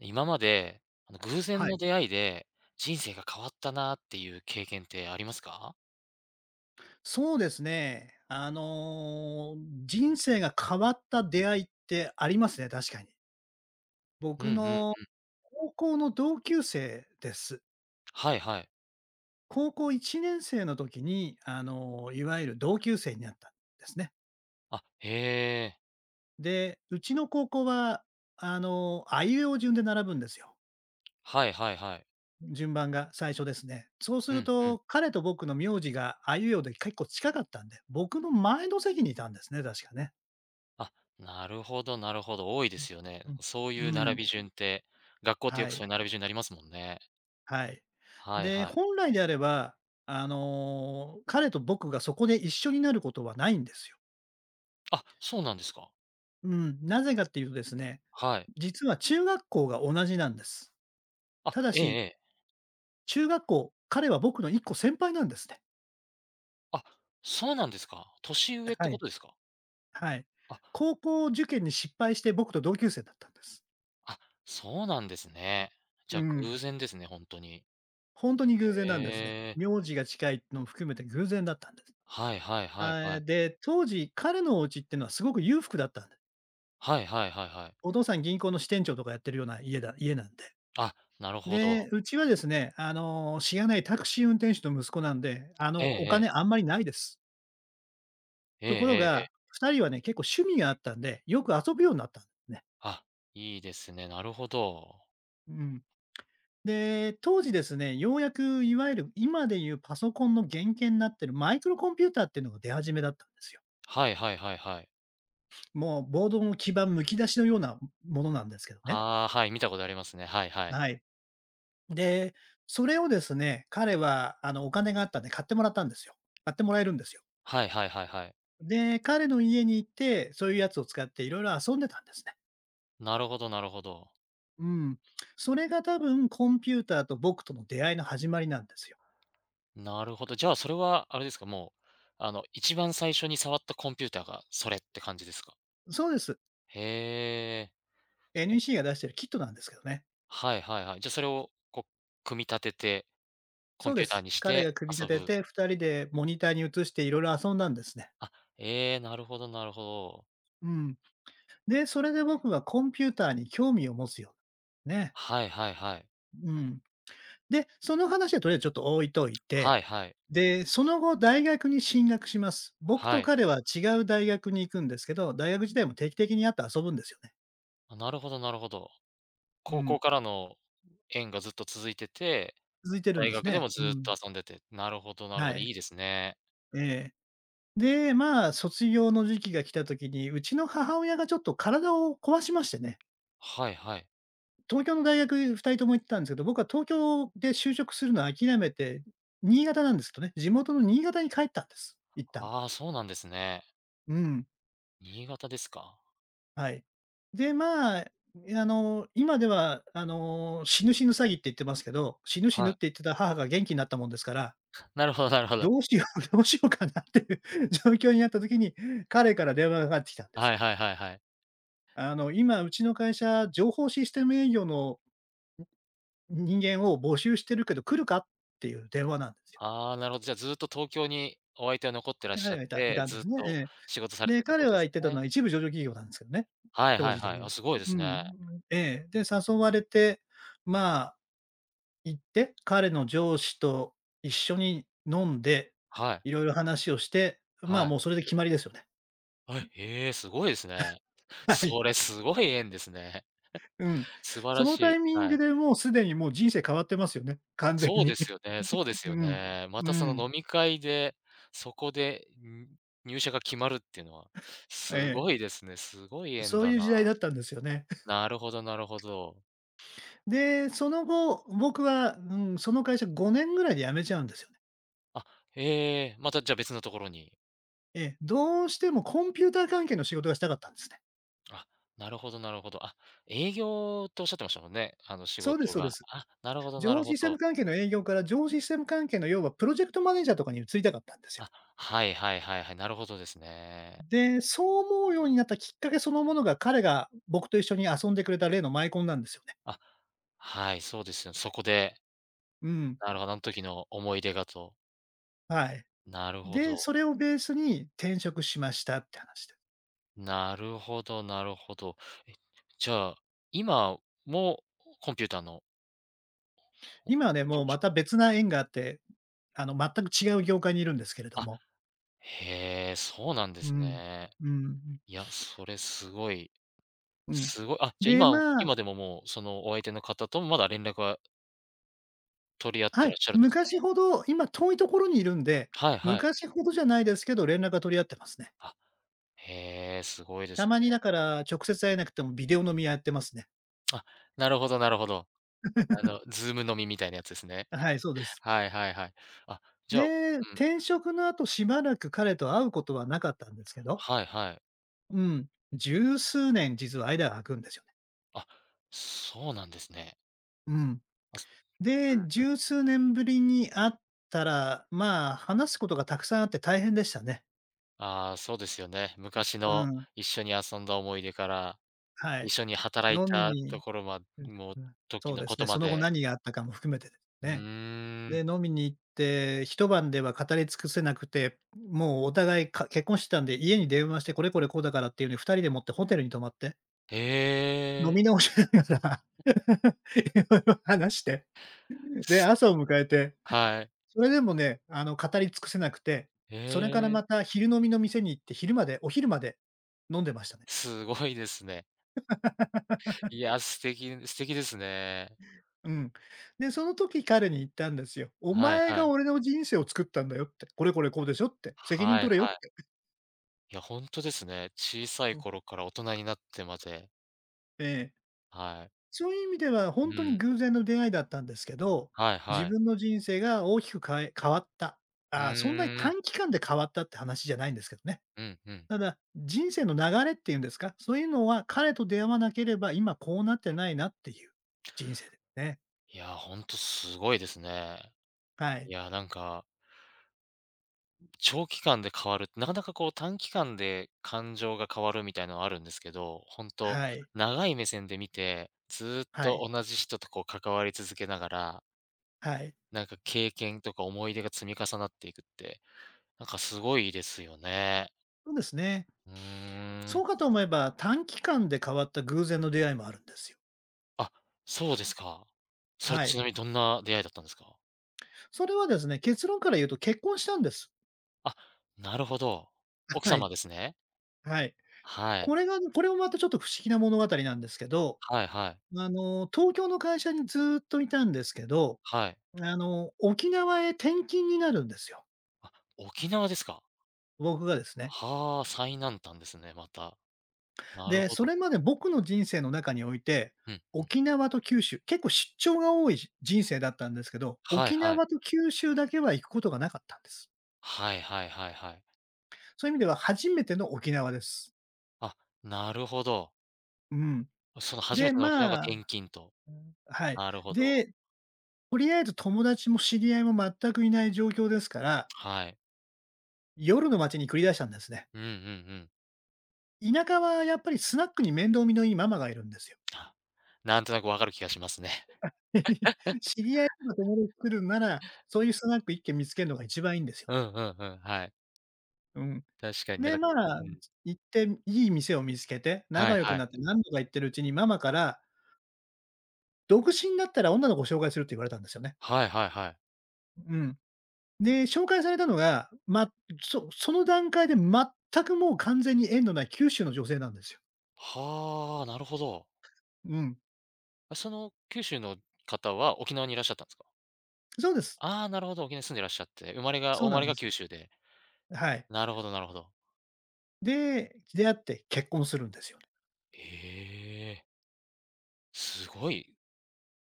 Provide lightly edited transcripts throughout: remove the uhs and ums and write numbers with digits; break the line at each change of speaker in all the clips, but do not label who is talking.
今まで、偶
は
然
い、
の出会いで、人生が変わったなっていう経験ってありますか？
そうですね。人生が変わった出会いってありますね、確かに。
うんう
僕
ん。
の高校の同級生です。
はいはい。
高校1年生の時に、いわゆる同級生になったんですね。
あ、へえ。
で、うちの高校は、あいうえお順で並ぶんですよ。
はいはいはい。
順番が最初ですね。そうす
う
る
んうん。
と、彼と僕の名字があいうえおで結構近かったんで、僕の前の席にいたんですね、確かね。
あ、なるほどなるほど、多いですよね。そう
うん。
いう
う
並
ん、
び順って、学校ってよ
は
くそう
い。
いう並び順になりますもんね。
はい。
はい
で、
はい。
本来であれば、彼と僕がそこで一緒になることはないんですよ。
あ、そうなんですか。
うん、なぜかっていうとですね、
はい。
実は中学校が同じなんです。
あ、
ただ
えええ
し、
え。
中学校、彼は僕の1個先輩なんですね。
あ、そうなんですか。年上っ
は
てこ
い、
とですか？
はい。
あ、
高校受験に失敗して僕と同級生だったんです。
あ、そうなんですね。じ
う
ゃ、あ
ん、
偶然ですね、本当に。
本当に偶然なんですね。
へえ。
名字が近いのも含めて偶然だったんです。
はいはいは
あ
いはい。
で、当時彼のお家っていうのはすごく裕福だったんです。
はいはいはいはい。
お父さん銀行の支店長とかやってるような家なんで。
あ、なるほ
で、
ど。
うちはですね、しがないタクシー運転手の息子なんで、
ええ
お
え
金
え。
あんまりないです。
ええ
ところ
ええええ。
が、2人はね、結構趣味があったんで、よく遊ぶようになったんですね。
あ、いいですね。なるほど。
うん。で、当時ですね、ようやくいわゆる今でいうパソコンの原型になってるマイクロコンピューターっていうのが出始めだったんですよ。
はいはいはいはい。
もうボードの基盤むき出しのようなものなんですけどね。
ああ、はい、見たことありますね。はいはい。
はい。で、それをですね、彼はお金があったんで買ってもらったんですよ。買ってもらえるんですよ。
はいはいはいはい。
で、彼の家に行って、そういうやつを使っていろいろ遊んでたんですね。
なるほどなるほど。
うん。それが多分コンピューターと僕との出会いの始まりなんですよ。
なるほど。じゃあ、それはあれですか、もう、一番最初に触ったコンピューターがそれって感じですか？
そうです。
へえ。
NEC が出してるキットなんですけどね。
はいはいはい。じゃあ、それをこう、組み立てて、コ
そ
ン
う
ピ
で
ューター
す。
にし
彼
て
が組み
遊
立て
ぶ。
て、2人でモニターに映していろいろ遊んだんですね。
あ、ええ、なるほどなるほど。
うん。で、それで僕はコンピューターに興味を持つようにね。
はいはいはい。
うん。で、その話はとりあえずちょっと置いといて、
はいはい。
で、その後大学に進学します。僕
は
と
い。
彼は違う大学に行くんですけど、大学時代も定期的に会って遊ぶんですよね。
あ、なるほどなるほど。
う
高
ん、
校からの縁がずっと続いてて、
続いてるん
大
です
学で
ね。
も
う
ずっ
ん、
と遊んでて、なるほどなる
は
ほど、い
い。
いですね。
ええ。で、まあ、卒業の時期が来た時に、うちの母親がちょっと体を壊しましてね、
はいはい。
東京の大学2人とも行ってたんですけど、僕は東京で就職するのを諦めて、新潟なんですけどね、地元の新潟に帰ったんです、一旦。
ああ、そうなんですね。
うん。
新潟ですか。
はい。で、まあ、今では、死ぬ死ぬ詐欺って言ってますけど、死ぬ死ぬ
は
っ
い。
て言ってた母が元気になったもんですから、
なるほどなるほど。
どうしよう どうしようかなっていう 状況になった時に、彼から電話がかかってきたんです
は
よ。
いはいはいはい。
今うちの会社、情報システム営業の人間を募集してるけど来るか？っていう電話なんですよ。
ああ、なるほど。じゃあずっと東京にお相手は残ってらっし
彼
ゃっ
がいたい
て、
たんで
ずっ
すね。え
と仕事され
え。で、
ててこ
彼
とで
は
す
言ってたの
ね。
は一部上場企業なんですけどね、
はい
当
はい
時で
はい。
言
あ、
う。
すごいで
う
す
ん、
ね。
ええ。で、誘われて、まあ行って、彼の上司と一緒に飲んで、
はい、
いろいろ話をして、まあ、
はい。
もうそれで決まりですよね。
はへえ、すごいですね。
はい。
それすごい縁ですね。
うん。
素晴
そ
ら
の
し
タ
い。
イミン
は
グ
い。
でもうすでにもう人生変わってますよね、完全
そうで
に。
すよねそ うです
う
よ
ん。
ね。ま
う
たその
ん。
飲み会で、そこで、入社が決まるっていうのは、
え
すごい
え。
ですね。すごい縁
そう
だ
いう
な。
時代だったんですよね。
なるほどなるほど。
で、その後、僕は、うん、その会社5年ぐらいで辞めちゃうんですよね。
あ、ええ、またじゃあ別のところに。
ええ、どうしてもコンピューター関係の仕事がしたかったんですね。
あ、なるほどなるほど。あ、営業っておっしゃってましたもんね、あの仕
そうです
事
そうで
が。
す。
あ、なるほど
情
なる
報
ほ
システム
ど。
関係の営業から情報システム関係の要はプロジェクトマネージャーとかに移りたかったんですよ。
あ、はいはいはいはい、なるほどですね。
で、そう思うようになったきっかけそのものが、彼が僕と一緒に遊んでくれた例のマイコンなんですよね。
あ、はい、そうですよ。そこで、
うん。
なるほど、あの時の思い出がと。
はい。
なるほ
で、
ど。
それをベースに転職しましたって話で。
なるほどなるほど。え、じゃあ、今もコンピューターのお
今はね、もうまた別な縁があって、全く違う業界にいるんですけれど
あ、
も。
へえ、そうなんで
う
す
ん。
ね。
うん。
いや、それすごい、
うん。
すごいじゃ、
で、
今
まあ、
今でももう、そのお相手の方ともまだ連絡は取り合っ
は
て
い、
らっしゃるんですか？
昔ほど、今遠いところにいるんで、
はいはい。
昔ほどじゃないですけど、連絡は取り合ってますね。
あ、へえ、すごいで
た
す
まに
ね。
だから、直接会えなくてもビデオ飲みやってますね。
あ、なるほどなるほど。ズーム飲みみたいなやつですね。
はい、そうです。
はいはいはい。あ、じゃあう
で、
ん、
転職の後しばらく彼と会うことはなかったんですけど、
はいはい。
うん、十数年実は間が空くんですよね。
あ、そうなんですね。
うん。
あす
で、十数年ぶりに会ったら、まあ、話すことがたくさんあって大変でしたね。
ああ、そうですよね。昔
う
の
ん、
一緒に遊んだ思い出から、
はい。
一緒に働い
飲み
たと
に、
ころま
うん、
もう
そ
時
う
の
で
こ
すね、
と
そ
ま
の後
で。
何があったかも含めてです
う
ね。
ー
で、
ん。
飲みに行って、一晩では語り尽くせなくて、もうお互いか結婚してたんで、家に電話してこれこれこうだからっていうふうに二人でもってホテルに泊まって
へ
飲
え。
み直しながら、いろいろ話して、で、
す
朝を迎えて、
はい。
それでもね、語り尽くせなくて、それから
へえ、
また昼飲みの店に行って、昼までお昼まで飲んでましたね。
すごいですね。いや、素敵素敵ですね。
うん。で、その時彼に言ったんですよ。お
はい
前
は
が
い。
俺の人生を作ったんだよって、これこれこうでしょって、責任
はい
取れよっ
はい。
て。
いや、ほんとですね。小さい
うん、
頃から大人になってまで、
ええ。
はい。
そういう意味ではほ
う
んとに
ん。
偶然の出会いだったんですけど、
はい
自
はい。
分の人生が大きく変わった。
う
ああ、そんなに
ーん。
短期間で変わったって話じゃないんですけどね。
うんうん。
ただ、人生の流れっていうんですか、そういうのは彼と出会わなければ、今こうなってないなっていう人生ですね。
いや、ほんとすごいですね。
は
い
い。
や、なんか長期間で変わるって、なかなかこう短期間で感情が変わるみたいなのはあるんですけど、ほんと、
はい。
長い目線で見て、ずっ
は
と
い。
同じ人とこう関わり続けながら、
はい。
なんか経験とか思い出が積み重なっていくって、なんかすごいですよね。
そうですね。
うー
そ
ん。
うかと思えば、短期間で変わった偶然の出会いもあるんですよ。
あ、そうですか。それ
は
ち
い。
なみにどんな出会いだったんですか？
それはですね、結論から言うと結婚したんです。
あ、なるほど。奥
はい。
様ですね。
はい。
はい。
これもまたちょっと不思議な物語なんですけど、
はいはい。
東京の会社にずーっといたんですけど、
はい。
沖縄へ転勤になるんですよ。
あ、沖縄ですか。
僕がですね。
はあ、最南端ですね、また。なる
で、
ほ
そ
ど。
れまで僕の人生の中において、
うん。
沖縄と九州、結構出張が多いじ人生だったんですけど、
はい
沖
はい。
縄と九州だけは行くことがなかったんです。
はいはいはいはい。
そういう意味では初めての沖縄です。
あ、なるほど。
うん。
その初め
で、
ての沖縄が
まあ、
転勤と。
はい。
なるほど。
で、とりあえず友達も知り合いも全くいない状況ですから、
はい。
夜の街に繰り出したんですね。
うんうんうん。
田舎はやっぱりスナックに面倒見のいいママがいるんですよ。
あ、なんとなくわかる気がしますね。
知り合いとか友達来るなら、そういうスナック一軒見つけるのが一番いいんですよ。
うんうんうん。はい。
うん。
確かに、なん
で、
か
まあ、
うん。
行って、いい店を見つけて、
は
仲
い
良く
は
な
い。
って何度か行ってるうちにママから、独身だったら女の子を紹介するって言われたんですよね。
はいはいはい。
うん。で、紹介されたのが、ま、その段階で全くもう完全に縁のない九州の女性なんですよ。
はあ、なるほど。
うん。
あ、その九州の方は沖縄にいらっしゃったんですか？
そうです。
ああー、なるほど、沖縄に住んでいらっしゃって、生まれが
そ
お
う
生
な
ま
ん
れ
で
が
す。
九州で。
はい。
なるほどなるほど。
で、出会って結婚するんですよね。
ええ、すごい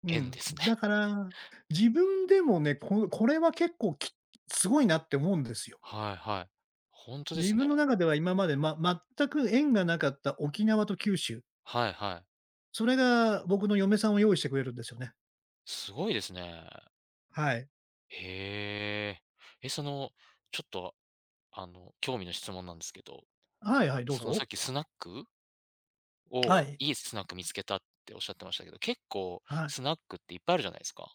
う
縁で
ん。
すね。
だから、自分でもね、これは結構すごいなって思うんですよ。
はいはい。ほんとで
自
す
分
ね。
の中では今まで、ま、全く縁がなかった沖縄と九州、
はいはい。
それが僕の嫁さんを用意してくれるんですよね。
すごいですね。
はい。
へえ。え、その、ちょっと、興味の質問なんですけど、
はいはい、どう
その
ぞ。
さっきスナックを、
はい。
いいスナック見つけたっておっしゃってましたけど、結構
はい。
スナックっていっぱいあるじゃないですか。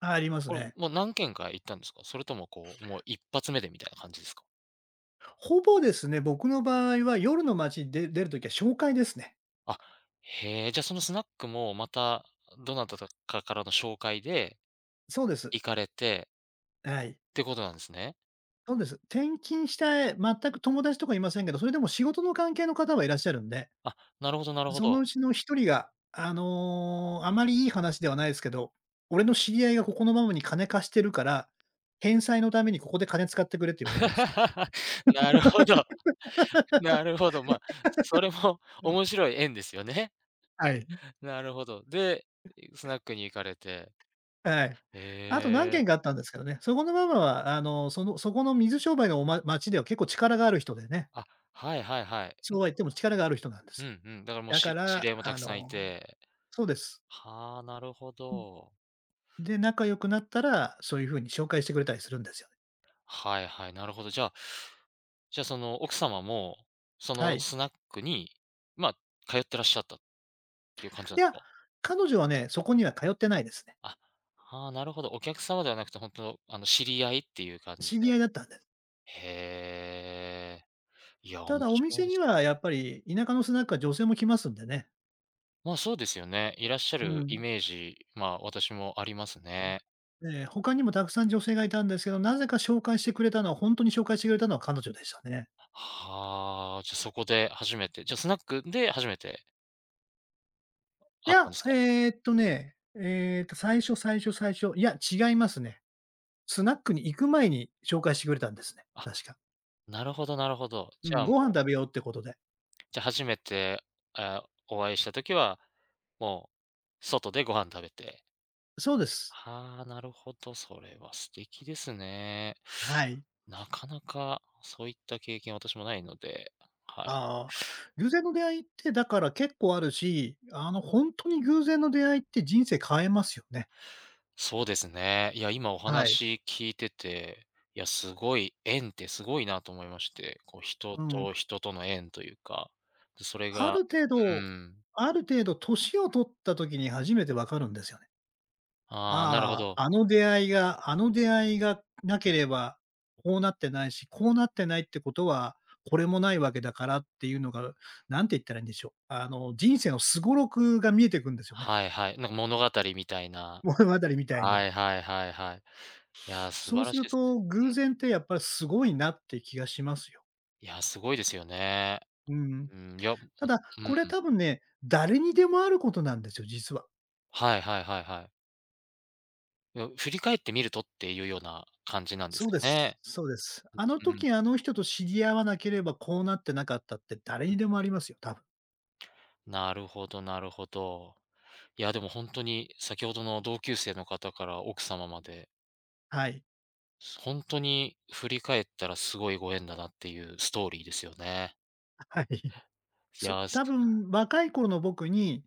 あ、ります
これ、
ね。
もう何軒か行ったんですか？それともこう、もう一発目でみたいな感じですか？
ほぼですね、僕の場合は夜の街に出るときは紹介ですね。
あ、へえ、じゃ、そのスナックもまた、どなただかからの紹介で
そうです。
行かれて
はい。
ってことなんですね。
そうです。転勤した全く友達とかいませんけど、それでも仕事の関係の方はいらっしゃるんで、
あ、なるほどなるほ
その
ど。
うちの一人が、あまりいい話ではないですけど、俺の知り合いがここのママに金貸してるから、返済のためにここで金使ってくれって言われたんですって。
なるほど。なるほど。ま、あそれも面白い縁ですよね。
はい。
なるほど。で、スナックに行かれて。
はい。
へ
あと何件かあっ
え。
たんですけどね、そこのママは、そこの水商売の町では結構力がある人でね、
あ、はいはいはい。
そうは言っても力がある人なんで
う
す
ん、
よ。
うんうんだからもう、
だか
し知り
ら、
合いもた
あ
くさんい
の
て。
そうです。
はあ、なるほど。
で、仲良くなったら、そういう風に紹介してくれたりするんですよね。
はいはい、なるほど。じゃあ、その奥様も、そ
は
の
い。
スナックに、ま、あ通ってらっしゃったっていう感じな
い
んです
や、
か？
彼女はね、そこには通ってないですね。
あ、はあ、なるほど。お客様ではなくて、本当の知り合いっていう感じで。
知り合いだったんでね。
へえ。いや、
た
面
だお
白い
店
で
に
す。
はやっぱり田舎のスナックは女性も来ますんでね。
まあ、そうですよね。いらっしゃ
う
るイ
ん。
メージ、まあ、私もありますね。
うん。ええ、他にもたくさん女性がいたんですけど、なぜか紹介してくれたのはほんとに紹介してくれたのは彼女でしたね。
はあ、じゃ、そこで初めてじゃ、スナックで初めて
い
会った
や、
んですか？
えっとね、えっと、最初、いや、違いますね。スナックに行く前に紹介してくれたんですね、
あ、
確か。
なるほどなるほど。
う
じゃ
ん、
あ、も
ご飯
う、
食べようってことで。
じゃ、初めて、えーお会いした時は、もう、外でご飯食べて。
そうです。
はあ、なるほど、それは素敵ですね。
はい。
なかなかそういった経験、私もないので、はい。
ああ、偶然の出会いってだから結構あるし、ほんとに偶然の出会いって人生変えますよね。
そうですね。いや、今お
はい。
話聞いてて、いや、すごい縁ってすごいなと思いまして、こう人
うん。
と人との縁というか、で、それ
あ
が
る程
う
度
ん。
ある程度年を取った時に初めてわかるんですよね。
ああ、なるほ
あ
ど。
あ、あの出会いがなければ、こうなってないし、こうなってないってことは、これもないわけだからっていうのが、なんて言ったらいいんでしょう。あの、人生のすごろくが見えてくんですよね、
はいはい。なんか物語みたい な。
物語みたいに。
はいはいはいはい。いや、素
そう
晴ら
す
しい
る
です
と、
ね。
偶然ってやっぱりすごいなって気がしますよ。
いや、すごいですよね。
うん。
うん、いや、うん。
ただ、これ多分ね、誰にでもあることなんですよ、実は。
はいはいはいはい。いや、振り返ってみるとっていうような感じなんです
そう
か
です。
ね。
そうです。あの時あの人と知り合わなければこうなってなかったって誰
う
に
ん。
でもありますよ、多分。
なるほどなるほど。いや、でも本当に先ほどの同級生の方から奥様まで、
はい。
本当に振り返ったらすごいご縁だなっていうストーリーですよね。
はい。
いや、す
多分若い頃の僕に、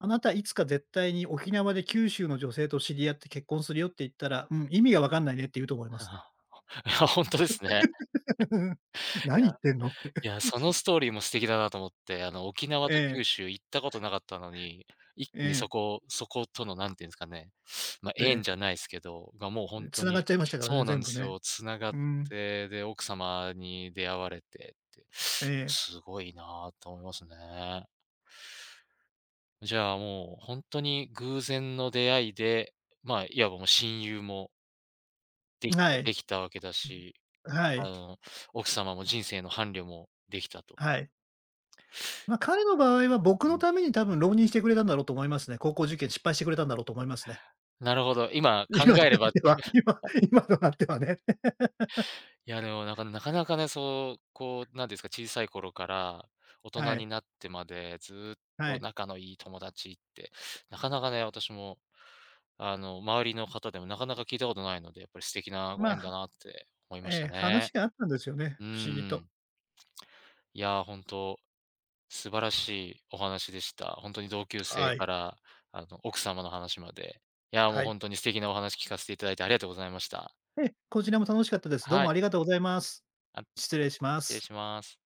あなたいつか絶対に沖縄で九州の女性と知り合って結婚するよって言ったら、うん、意味がわかんないねって言うと思いま すね。
いや、本当ですね。い
何
や
言ってんのって。
いや、そのストーリーも素敵だなと思って、沖 縄と
ええ、
九州行ったことなかったのに、一
え
気にそ
え、
こそことのなんていうんですかね、まあ、
え
縁
え。
じゃないですけど、がもう本当
繋が
に
っちゃいましたから
そ
ね、
うなん
全
で
部
す
ね。
よ、繋がっ
うん。
て、で、奥様に出会われてって、
ええ。
すごいなと思いますね。じゃあ、もう本当に偶然の出会いで、まあ、いわばもう親友もでき
は
た
い。
できたわけだし、
は
あ
い。
の、奥様も人生の伴侶もできたと。
はい。まあ、彼の場合は僕
う
の
ん。
ために多分浪人してくれたんだろうと思いますね。高校受験失敗してくれたんだろうと思いますね。
なるほど、今 考
今と
えれ
なっ
ば、
ては、今となってはね。
いやでもなかなかね、そう、こう、なんですか、小さい頃から大
は
人
い、
になってまでずっ
は
と
い。
仲のいい友達って、なかなかね、私も、あの、周りの方でもなかなか聞いたことないので、やっぱり素敵な
ま
ご縁だ
あ、
なって思いました
話
ね。
があったんですよね、
う
不思議と。
ん。いやー、本当素晴らしいお話でした。本当に同級生
は
か
い、
ら、奥様の話まで。いや、もう
はい。
本当に素敵なお話聞かせていただいてありがとうございました。
え、こちらも楽しかったです。どう
は
もあ
い、
りがとうございます。
あ、
失礼しま
失礼
す。
します。